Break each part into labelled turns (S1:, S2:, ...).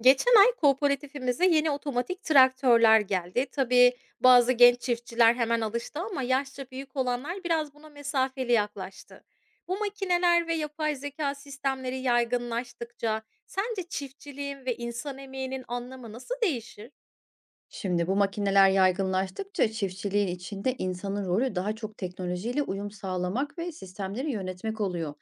S1: Geçen ay kooperatifimize yeni otomatik traktörler geldi. Tabii bazı genç çiftçiler hemen alıştı ama yaşça büyük olanlar biraz buna mesafeli yaklaştı. Bu makineler ve yapay zeka sistemleri yaygınlaştıkça sence çiftçiliğin ve insan emeğinin anlamı nasıl değişir?
S2: Şimdi bu makineler yaygınlaştıkça çiftçiliğin içinde insanın rolü daha çok teknolojiyle uyum sağlamak ve sistemleri yönetmek oluyor.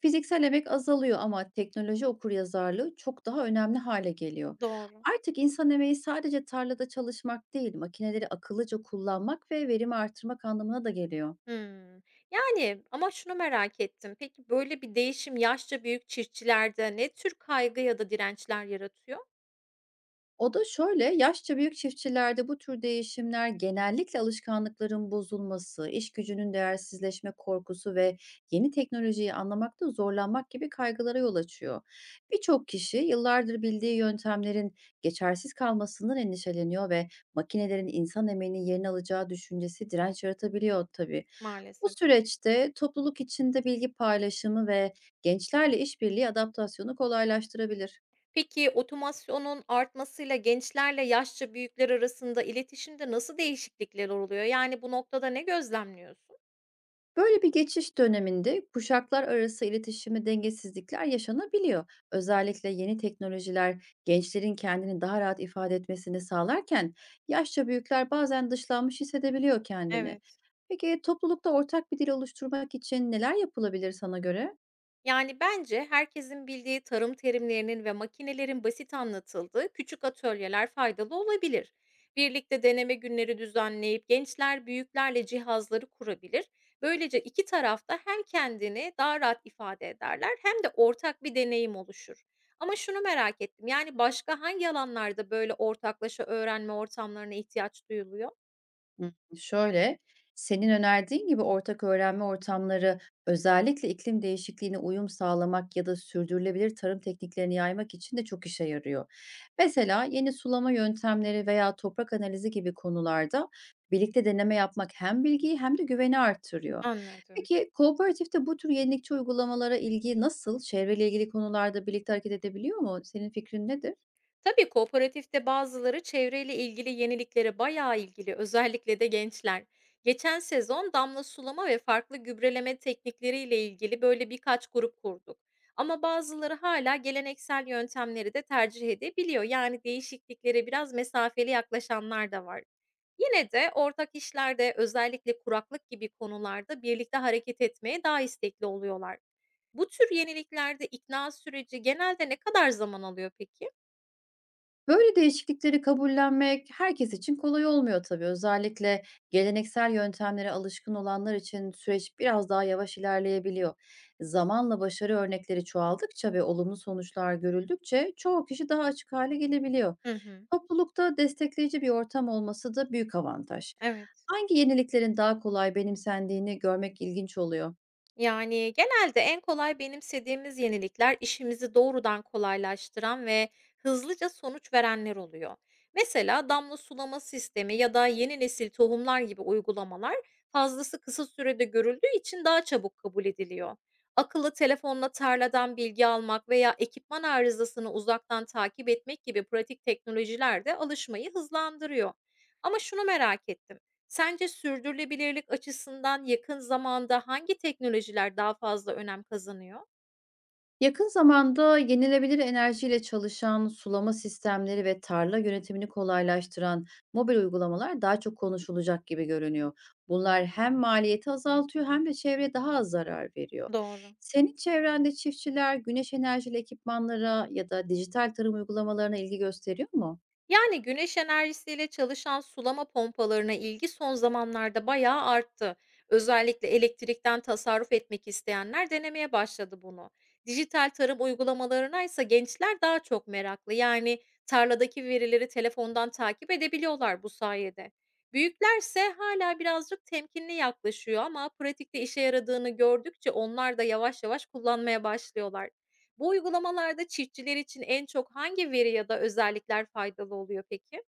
S2: Fiziksel emek azalıyor, ama teknoloji okuryazarlığı çok daha önemli hale geliyor.
S1: Doğru.
S2: Artık insan emeği sadece tarlada çalışmak değil, makineleri akıllıca kullanmak ve verimi artırmak anlamına da geliyor.
S1: Hmm. Ama şunu merak ettim. Peki böyle bir değişim yaşça büyük çiftçilerde ne tür kaygı ya da dirençler yaratıyor?
S2: O da şöyle, yaşça büyük çiftçilerde bu tür değişimler genellikle alışkanlıkların bozulması, iş gücünün değersizleşme korkusu ve yeni teknolojiyi anlamakta zorlanmak gibi kaygılara yol açıyor. Birçok kişi yıllardır bildiği yöntemlerin geçersiz kalmasından endişeleniyor ve makinelerin insan emeğinin yerini alacağı düşüncesi direnç yaratabiliyor tabii. Bu
S1: Maalesef.
S2: süreçte topluluk içinde bilgi paylaşımı ve gençlerle işbirliği adaptasyonu kolaylaştırabilir.
S1: Peki otomasyonun artmasıyla gençlerle yaşça büyükler arasında iletişimde nasıl değişiklikler oluyor? Yani bu noktada ne gözlemliyorsun?
S2: Böyle bir geçiş döneminde kuşaklar arası iletişimi dengesizlikler yaşanabiliyor. Özellikle yeni teknolojiler gençlerin kendini daha rahat ifade etmesini sağlarken, yaşça büyükler bazen dışlanmış hissedebiliyor kendini.
S1: Evet.
S2: Peki, toplulukta ortak bir dil oluşturmak için neler yapılabilir sana göre?
S1: Yani bence herkesin bildiği tarım terimlerinin ve makinelerin basit anlatıldığı küçük atölyeler faydalı olabilir. Birlikte deneme günleri düzenleyip gençler büyüklerle cihazları kurabilir. Böylece iki tarafta hem kendini daha rahat ifade ederler hem de ortak bir deneyim oluşur. Ama şunu merak ettim. Yani başka hangi alanlarda böyle ortaklaşa öğrenme ortamlarına ihtiyaç duyuluyor?
S2: Hımm, şöyle, senin önerdiğin gibi ortak öğrenme ortamları özellikle iklim değişikliğine uyum sağlamak ya da sürdürülebilir tarım tekniklerini yaymak için de çok işe yarıyor. Mesela yeni sulama yöntemleri veya toprak analizi gibi konularda birlikte deneme yapmak hem bilgiyi hem de güveni arttırıyor.
S1: Anladım.
S2: Peki, kooperatifte bu tür yenilikçi uygulamalara ilgi nasıl? Çevreyle ilgili konularda birlikte hareket edebiliyor mu? Senin fikrin nedir?
S1: Tabii kooperatifte bazıları çevreyle ilgili yeniliklere bayağı ilgili, özellikle de gençler. Geçen sezon damla sulama ve farklı gübreleme teknikleriyle ilgili böyle birkaç grup kurduk. Ama bazıları hala geleneksel yöntemleri de tercih edebiliyor. Yani değişikliklere biraz mesafeli yaklaşanlar da var. Yine de ortak işlerde özellikle kuraklık gibi konularda birlikte hareket etmeye daha istekli oluyorlar. Bu tür yeniliklerde ikna süreci genelde ne kadar zaman alıyor peki?
S2: Böyle değişiklikleri kabullenmek herkes için kolay olmuyor tabii. Özellikle geleneksel yöntemlere alışkın olanlar için süreç biraz daha yavaş ilerleyebiliyor. Zamanla başarı örnekleri çoğaldıkça ve olumlu sonuçlar görüldükçe çoğu kişi daha açık hale gelebiliyor.
S1: Hı hı.
S2: Toplulukta destekleyici bir ortam olması da büyük avantaj.
S1: Evet.
S2: Hangi yeniliklerin daha kolay benimsendiğini görmek ilginç oluyor.
S1: Yani, genelde en kolay benimsediğimiz yenilikler işimizi doğrudan kolaylaştıran ve hızlıca sonuç verenler oluyor. Mesela damla sulama sistemi ya da yeni nesil tohumlar gibi uygulamalar fazlası kısa sürede görüldüğü için daha çabuk kabul ediliyor. Akıllı telefonla tarladan bilgi almak veya ekipman arızasını uzaktan takip etmek gibi pratik teknolojiler de alışmayı hızlandırıyor. Ama şunu merak ettim. Sence sürdürülebilirlik açısından yakın zamanda hangi teknolojiler daha fazla önem kazanıyor?
S2: Yakın zamanda yenilebilir enerjiyle çalışan sulama sistemleri ve tarla yönetimini kolaylaştıran mobil uygulamalar daha çok konuşulacak gibi görünüyor. Bunlar hem maliyeti azaltıyor hem de çevreye daha az zarar veriyor.
S1: Doğru.
S2: Senin çevrende çiftçiler güneş enerjili ekipmanlara ya da dijital tarım uygulamalarına ilgi gösteriyor mu?
S1: Yani güneş enerjisiyle çalışan sulama pompalarına ilgi son zamanlarda bayağı arttı. Özellikle elektrikten tasarruf etmek isteyenler denemeye başladı bunu. Dijital tarım uygulamalarına ise gençler daha çok meraklı. Yani tarladaki verileri telefondan takip edebiliyorlar bu sayede. Büyüklerse hala birazcık temkinli yaklaşıyor ama pratikte işe yaradığını gördükçe onlar da yavaş yavaş kullanmaya başlıyorlar. Bu uygulamalarda çiftçiler için en çok hangi veri ya da özellikler faydalı oluyor peki?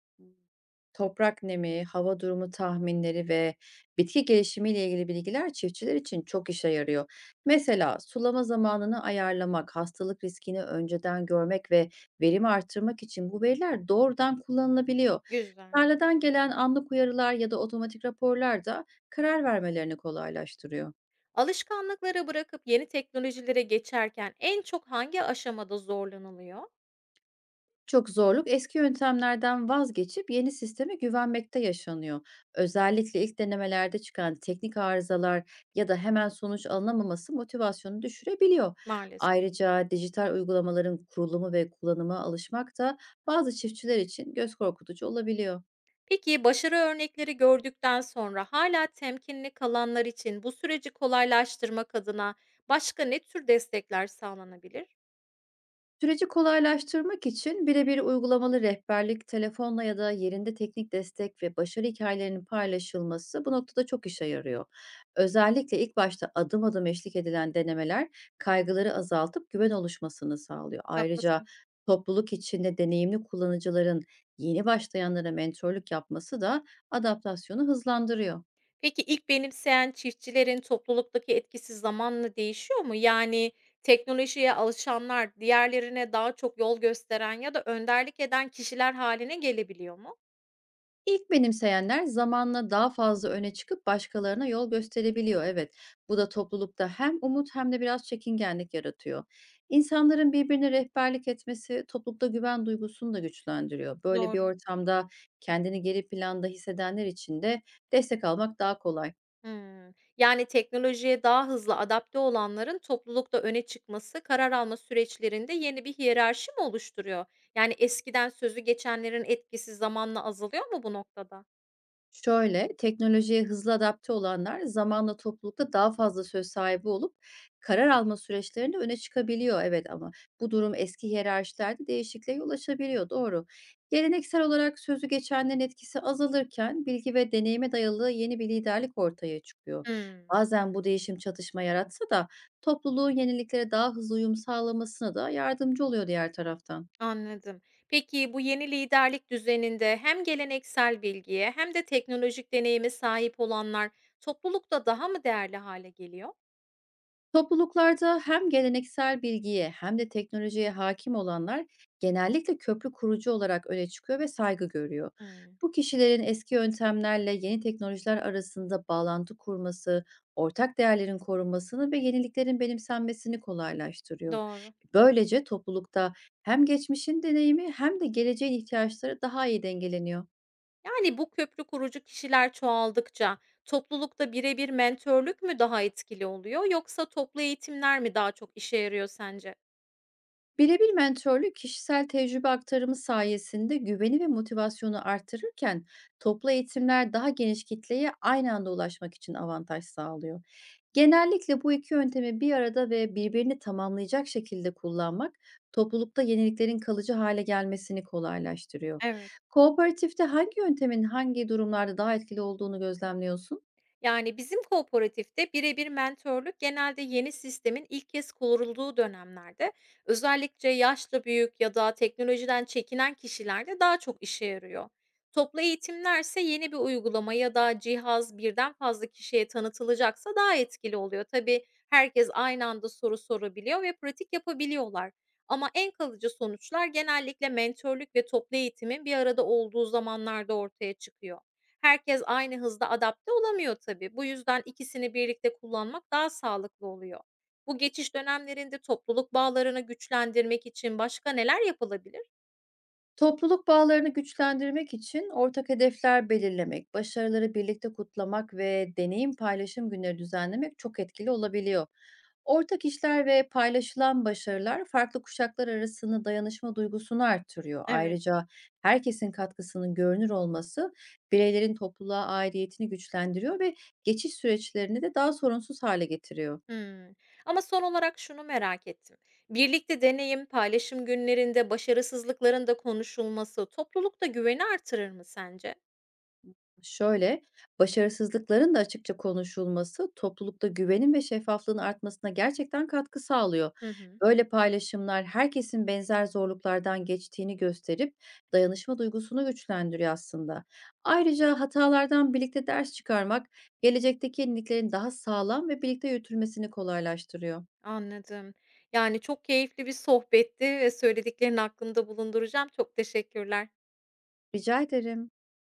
S2: Toprak nemi, hava durumu tahminleri ve bitki gelişimiyle ilgili bilgiler çiftçiler için çok işe yarıyor. Mesela sulama zamanını ayarlamak, hastalık riskini önceden görmek ve verimi arttırmak için bu veriler doğrudan kullanılabiliyor.
S1: Güzel.
S2: Tarladan gelen anlık uyarılar ya da otomatik raporlar da karar vermelerini kolaylaştırıyor.
S1: Alışkanlıkları bırakıp yeni teknolojilere geçerken en çok hangi aşamada zorlanılıyor?
S2: Çok zorluk eski yöntemlerden vazgeçip yeni sisteme güvenmekte yaşanıyor. Özellikle ilk denemelerde çıkan teknik arızalar ya da hemen sonuç alınamaması motivasyonu düşürebiliyor.
S1: Maalesef.
S2: Ayrıca dijital uygulamaların kurulumu ve kullanıma alışmak da bazı çiftçiler için göz korkutucu olabiliyor.
S1: Peki başarı örnekleri gördükten sonra hala temkinli kalanlar için bu süreci kolaylaştırmak adına başka ne tür destekler sağlanabilir?
S2: Süreci kolaylaştırmak için birebir uygulamalı rehberlik, telefonla ya da yerinde teknik destek ve başarı hikayelerinin paylaşılması bu noktada çok işe yarıyor. Özellikle ilk başta adım adım eşlik edilen denemeler kaygıları azaltıp güven oluşmasını sağlıyor. Ayrıca
S1: Haklısın.
S2: topluluk içinde deneyimli kullanıcıların yeni başlayanlara mentorluk yapması da adaptasyonu hızlandırıyor.
S1: Peki, ilk benimseyen çiftçilerin topluluktaki etkisi zamanla değişiyor mu? Yani, teknolojiye alışanlar diğerlerine daha çok yol gösteren ya da önderlik eden kişiler haline gelebiliyor mu?
S2: İlk benimseyenler zamanla daha fazla öne çıkıp başkalarına yol gösterebiliyor. Evet, bu da toplulukta hem umut hem de biraz çekingenlik yaratıyor. İnsanların birbirine rehberlik etmesi toplulukta güven duygusunu da güçlendiriyor. Böyle bir
S1: Doğru.
S2: ortamda kendini geri planda hissedenler için de destek almak daha kolay.
S1: Hımm. Yani, teknolojiye daha hızlı adapte olanların toplulukta öne çıkması karar alma süreçlerinde yeni bir hiyerarşi mi oluşturuyor? Yani, eskiden sözü geçenlerin etkisi zamanla azalıyor mu bu noktada?
S2: Şöyle, teknolojiye hızlı adapte olanlar zamanla toplulukta daha fazla söz sahibi olup karar alma süreçlerinde öne çıkabiliyor. Evet, ama bu durum eski hiyerarşilerde değişikliğe yol açabiliyor. Doğru. Geleneksel olarak sözü geçenlerin etkisi azalırken bilgi ve deneyime dayalı yeni bir liderlik ortaya çıkıyor.
S1: Hımm.
S2: Bazen bu değişim çatışma yaratsa da topluluğun yeniliklere daha hızlı uyum sağlamasına da yardımcı oluyor diğer taraftan.
S1: Anladım. Peki bu yeni liderlik düzeninde hem geleneksel bilgiye hem de teknolojik deneyime sahip olanlar toplulukta daha mı değerli hale geliyor?
S2: Topluluklarda hem geleneksel bilgiye hem de teknolojiye hakim olanlar genellikle köprü kurucu olarak öne çıkıyor ve saygı görüyor.
S1: Hmm.
S2: Bu kişilerin eski yöntemlerle yeni teknolojiler arasında bağlantı kurması, ortak değerlerin korunmasını ve yeniliklerin benimsenmesini kolaylaştırıyor.
S1: Doğru.
S2: Böylece toplulukta hem geçmişin deneyimi hem de geleceğin ihtiyaçları daha iyi dengeleniyor.
S1: Yani bu köprü kurucu kişiler çoğaldıkça toplulukta birebir mentörlük mü daha etkili oluyor yoksa toplu eğitimler mi daha çok işe yarıyor sence?
S2: Birebir mentörlük kişisel tecrübe aktarımı sayesinde güveni ve motivasyonu artırırken, toplu eğitimler daha geniş kitleye aynı anda ulaşmak için avantaj sağlıyor. Genellikle bu iki yöntemi bir arada ve birbirini tamamlayacak şekilde kullanmak toplulukta yeniliklerin kalıcı hale gelmesini kolaylaştırıyor.
S1: Evet.
S2: Kooperatifte hangi yöntemin hangi durumlarda daha etkili olduğunu gözlemliyorsun?
S1: Yani bizim kooperatifte birebir mentorluk genelde yeni sistemin ilk kez kurulduğu dönemlerde özellikle yaşlı büyük ya da teknolojiden çekinen kişilerde daha çok işe yarıyor. Toplu eğitimlerse yeni bir uygulama ya da cihaz birden fazla kişiye tanıtılacaksa daha etkili oluyor. Tabii herkes aynı anda soru sorabiliyor ve pratik yapabiliyorlar. Ama en kalıcı sonuçlar genellikle mentorluk ve toplu eğitimin bir arada olduğu zamanlarda ortaya çıkıyor. Herkes aynı hızda adapte olamıyor tabii. Bu yüzden ikisini birlikte kullanmak daha sağlıklı oluyor. Bu geçiş dönemlerinde topluluk bağlarını güçlendirmek için başka neler yapılabilir?
S2: Topluluk bağlarını güçlendirmek için ortak hedefler belirlemek, başarıları birlikte kutlamak ve deneyim paylaşım günleri düzenlemek çok etkili olabiliyor. Ortak işler ve paylaşılan başarılar farklı kuşaklar arasında dayanışma duygusunu arttırıyor.
S1: Evet.
S2: Ayrıca herkesin katkısının görünür olması bireylerin topluluğa aidiyetini güçlendiriyor ve geçiş süreçlerini de daha sorunsuz hale getiriyor.
S1: Hmm. Ama son olarak şunu merak ettim. Birlikte deneyim, paylaşım günlerinde başarısızlıkların da konuşulması toplulukta güveni artırır mı sence?
S2: Şöyle, başarısızlıkların da açıkça konuşulması toplulukta güvenin ve şeffaflığın artmasına gerçekten katkı sağlıyor.
S1: Hı hı,
S2: Böyle paylaşımlar herkesin benzer zorluklardan geçtiğini gösterip dayanışma duygusunu güçlendiriyor aslında. Ayrıca hatalardan birlikte ders çıkarmak gelecekteki yeniliklerin daha sağlam ve birlikte yürütülmesini kolaylaştırıyor.
S1: anladım. Yani çok keyifli bir sohbetti ve söylediklerini aklımda bulunduracağım. Çok teşekkürler.
S2: Rica ederim.